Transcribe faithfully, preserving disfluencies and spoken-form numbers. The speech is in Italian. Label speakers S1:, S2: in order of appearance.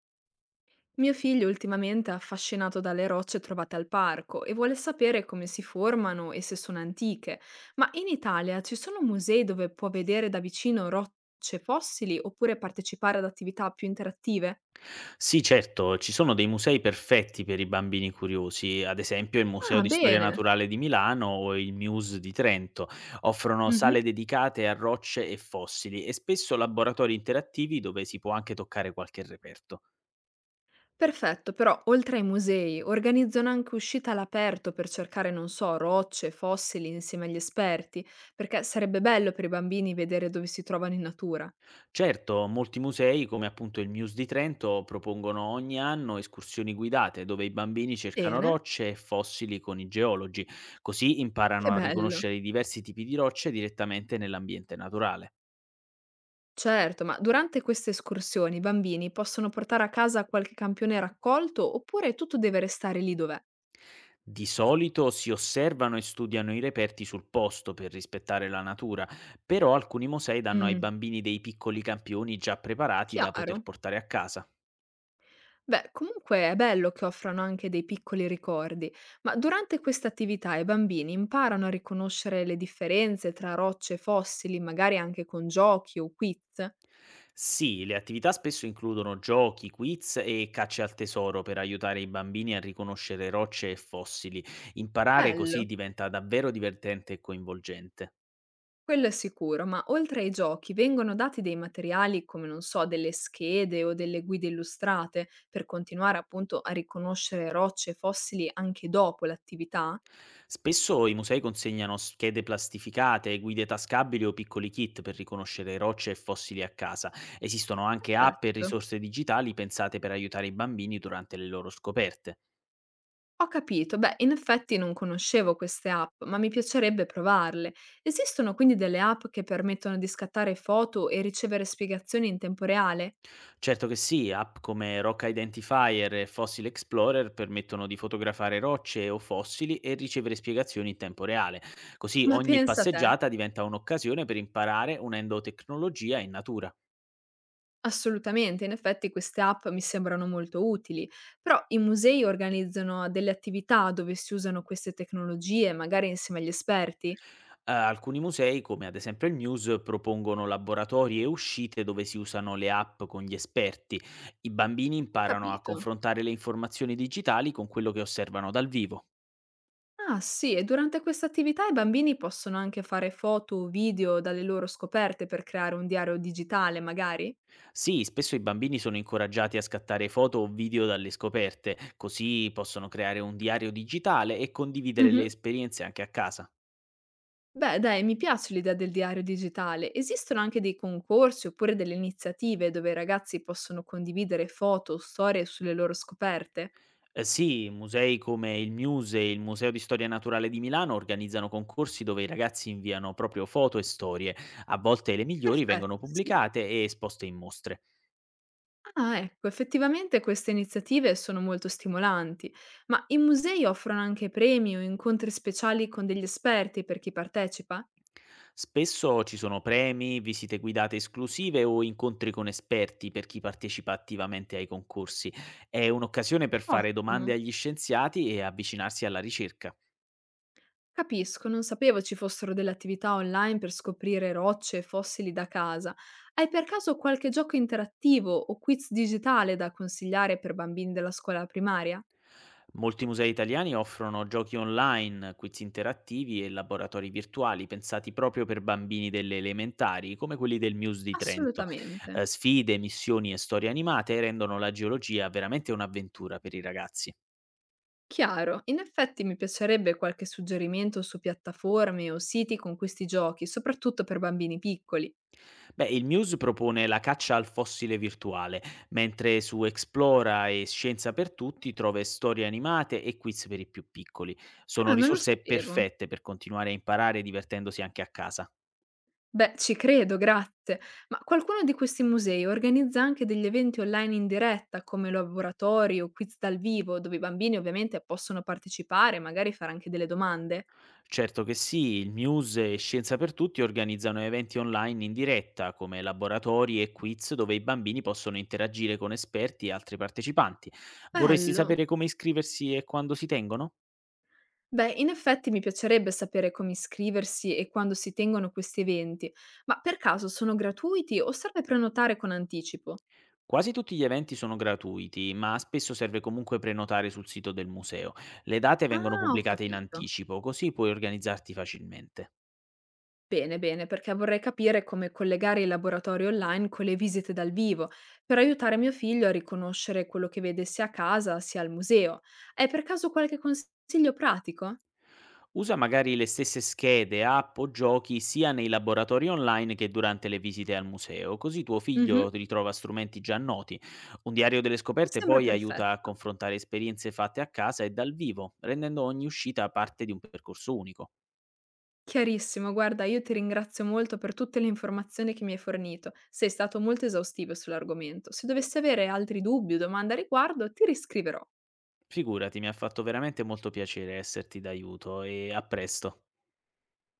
S1: Mio figlio ultimamente è affascinato dalle rocce trovate al parco e vuole sapere come si formano e se sono antiche. Ma in Italia ci sono musei dove può vedere da vicino rocce fossili oppure partecipare ad attività più interattive?
S2: Sì, certo, ci sono dei musei perfetti per i bambini curiosi, ad esempio il Museo
S1: Ah,
S2: di Storia
S1: bene.
S2: Naturale di Milano o il MUSE di Trento. Offrono
S1: Mhm.
S2: sale dedicate a rocce e fossili e spesso laboratori interattivi dove si può anche toccare qualche reperto.
S1: Perfetto, però oltre ai musei organizzano anche uscite all'aperto per cercare, non so, rocce, fossili insieme agli esperti, perché sarebbe bello per i bambini vedere dove si trovano in natura.
S2: Certo, molti musei, come appunto il MUSE di Trento, propongono ogni anno escursioni guidate dove i bambini cercano
S1: Bene,
S2: rocce e fossili con i geologi, così
S1: che
S2: imparano a
S1: bello.
S2: riconoscere i diversi tipi di rocce direttamente nell'ambiente naturale.
S1: Certo, ma durante queste escursioni i bambini possono portare a casa qualche campione raccolto oppure tutto deve restare lì dov'è?
S2: Di solito si osservano e studiano i reperti sul posto per rispettare la natura, però alcuni musei danno ai
S1: Mm.
S2: bambini dei piccoli campioni già preparati da poter
S1: Chiaro.
S2: portare a casa.
S1: Beh, comunque è bello che offrano anche dei piccoli ricordi, ma durante queste attività i bambini imparano a riconoscere le differenze tra rocce e fossili, magari anche con giochi o quiz.
S2: Sì, le attività spesso includono giochi, quiz e cacce al tesoro per aiutare i bambini a riconoscere rocce e fossili. Imparare così
S1: Bello.
S2: diventa davvero divertente e coinvolgente.
S1: Quello è sicuro, ma oltre ai giochi vengono dati dei materiali come, non so, delle schede o delle guide illustrate per continuare appunto a riconoscere rocce e fossili anche dopo l'attività?
S2: Spesso i musei consegnano schede plastificate, guide tascabili o piccoli kit per riconoscere rocce e fossili a casa. Esistono anche app e
S1: Perfetto.
S2: risorse digitali pensate per aiutare i bambini durante le loro scoperte.
S1: Ho capito, beh, in effetti non conoscevo queste app, ma mi piacerebbe provarle. Esistono quindi delle app che permettono di scattare foto e ricevere spiegazioni in tempo reale?
S2: Certo che sì, app come Rock Identifier e Fossil Explorer permettono di fotografare rocce o fossili e ricevere spiegazioni in tempo reale. Così
S1: Ma
S2: ogni
S1: pensa a te!
S2: passeggiata diventa un'occasione per imparare unendo tecnologia e natura.
S1: Assolutamente, in effetti queste app mi sembrano molto utili, però i musei organizzano delle attività dove si usano queste tecnologie, magari insieme agli esperti?
S2: Uhm, alcuni musei, come ad esempio il MUSE, propongono laboratori e uscite dove si usano le app con gli esperti. I bambini
S1: Ho
S2: imparano a
S1: capito.
S2: confrontare le informazioni digitali con quello che osservano dal vivo.
S1: Ah sì, e durante questa attività i bambini possono anche fare foto o video dalle loro scoperte per creare un diario digitale, magari?
S2: Sì, spesso i bambini sono incoraggiati a scattare foto o video dalle scoperte, così possono creare un diario digitale e condividere le
S1: Mhm.
S2: esperienze anche a casa.
S1: Beh, dai, mi piace l'idea del diario digitale. Esistono anche dei concorsi oppure delle iniziative dove i ragazzi possono condividere foto o storie sulle loro scoperte?
S2: Ehm, sì, musei come il MUSE e il Museo di Storia Naturale di Milano organizzano concorsi dove i ragazzi inviano proprio foto e storie. A volte le migliori vengono
S1: Perfetto, sì.
S2: pubblicate e esposte in mostre.
S1: Ah, ecco, effettivamente queste iniziative sono molto stimolanti, ma i musei offrono anche premi o incontri speciali con degli esperti per chi partecipa?
S2: Spesso ci sono premi, visite guidate esclusive o incontri con esperti per chi partecipa attivamente ai concorsi. È un'occasione per fare
S1: Ottimo.
S2: domande agli scienziati e avvicinarsi alla ricerca.
S1: Capisco, non sapevo ci fossero delle attività online per scoprire rocce e fossili da casa. Hai per caso qualche gioco interattivo o quiz digitale da consigliare per bambini della scuola primaria?
S2: Molti musei italiani offrono giochi online, quiz interattivi e laboratori virtuali pensati proprio per bambini delle elementari, come quelli del Muse di Trento. Eh,
S1: Assolutamente.
S2: sfide, missioni e storie animate rendono la geologia veramente un'avventura per i ragazzi.
S1: Chiaro, in effetti mi piacerebbe qualche suggerimento su piattaforme o siti con questi giochi, soprattutto per bambini piccoli.
S2: Beh, il Muse propone la caccia al fossile virtuale, mentre su Explora e Scienza per tutti trova storie animate e quiz per i più piccoli. Sono
S1: Ah, non lo
S2: risorse
S1: sapevo.
S2: perfette per continuare a imparare divertendosi anche a casa.
S1: Beh, ci credo, grazie. Ma qualcuno di questi musei organizza anche degli eventi online in diretta, come laboratori o quiz dal vivo, dove i bambini ovviamente possono partecipare, e magari fare anche delle domande?
S2: Certo che sì, il Muse e Scienza per Tutti organizzano eventi online in diretta, come laboratori e quiz dove i bambini possono interagire con esperti e altri partecipanti. Vorresti
S1: Bello.
S2: sapere come iscriversi e quando si tengono?
S1: Beh, in effetti mi piacerebbe sapere come iscriversi e quando si tengono questi eventi, ma per caso sono gratuiti o serve prenotare con anticipo?
S2: Quasi tutti gli eventi sono gratuiti, ma spesso serve comunque prenotare sul sito del museo. Le date vengono
S1: Ah, ho
S2: pubblicate in
S1: capito.
S2: anticipo, così puoi organizzarti facilmente.
S1: Bene, bene, perché vorrei capire come collegare i laboratori online con le visite dal vivo, per aiutare mio figlio a riconoscere quello che vede sia a casa sia al museo. Hai per caso qualche consiglio pratico?
S2: Usa magari le stesse schede, app o giochi sia nei laboratori online che durante le visite al museo, così tuo
S1: Mhm.
S2: figlio ritrova strumenti già noti. Un diario delle
S1: Mi
S2: scoperte
S1: sembra
S2: poi aiuta a
S1: perfetto.
S2: confrontare esperienze fatte a casa e dal vivo, rendendo ogni uscita parte di un percorso unico.
S1: Chiarissimo, guarda, io ti ringrazio molto per tutte le informazioni che mi hai fornito. Sei stato molto esaustivo sull'argomento. Se dovessi avere altri dubbi o domande a riguardo, ti riscriverò.
S2: Figurati, mi ha fatto veramente molto piacere esserti d'aiuto e a presto.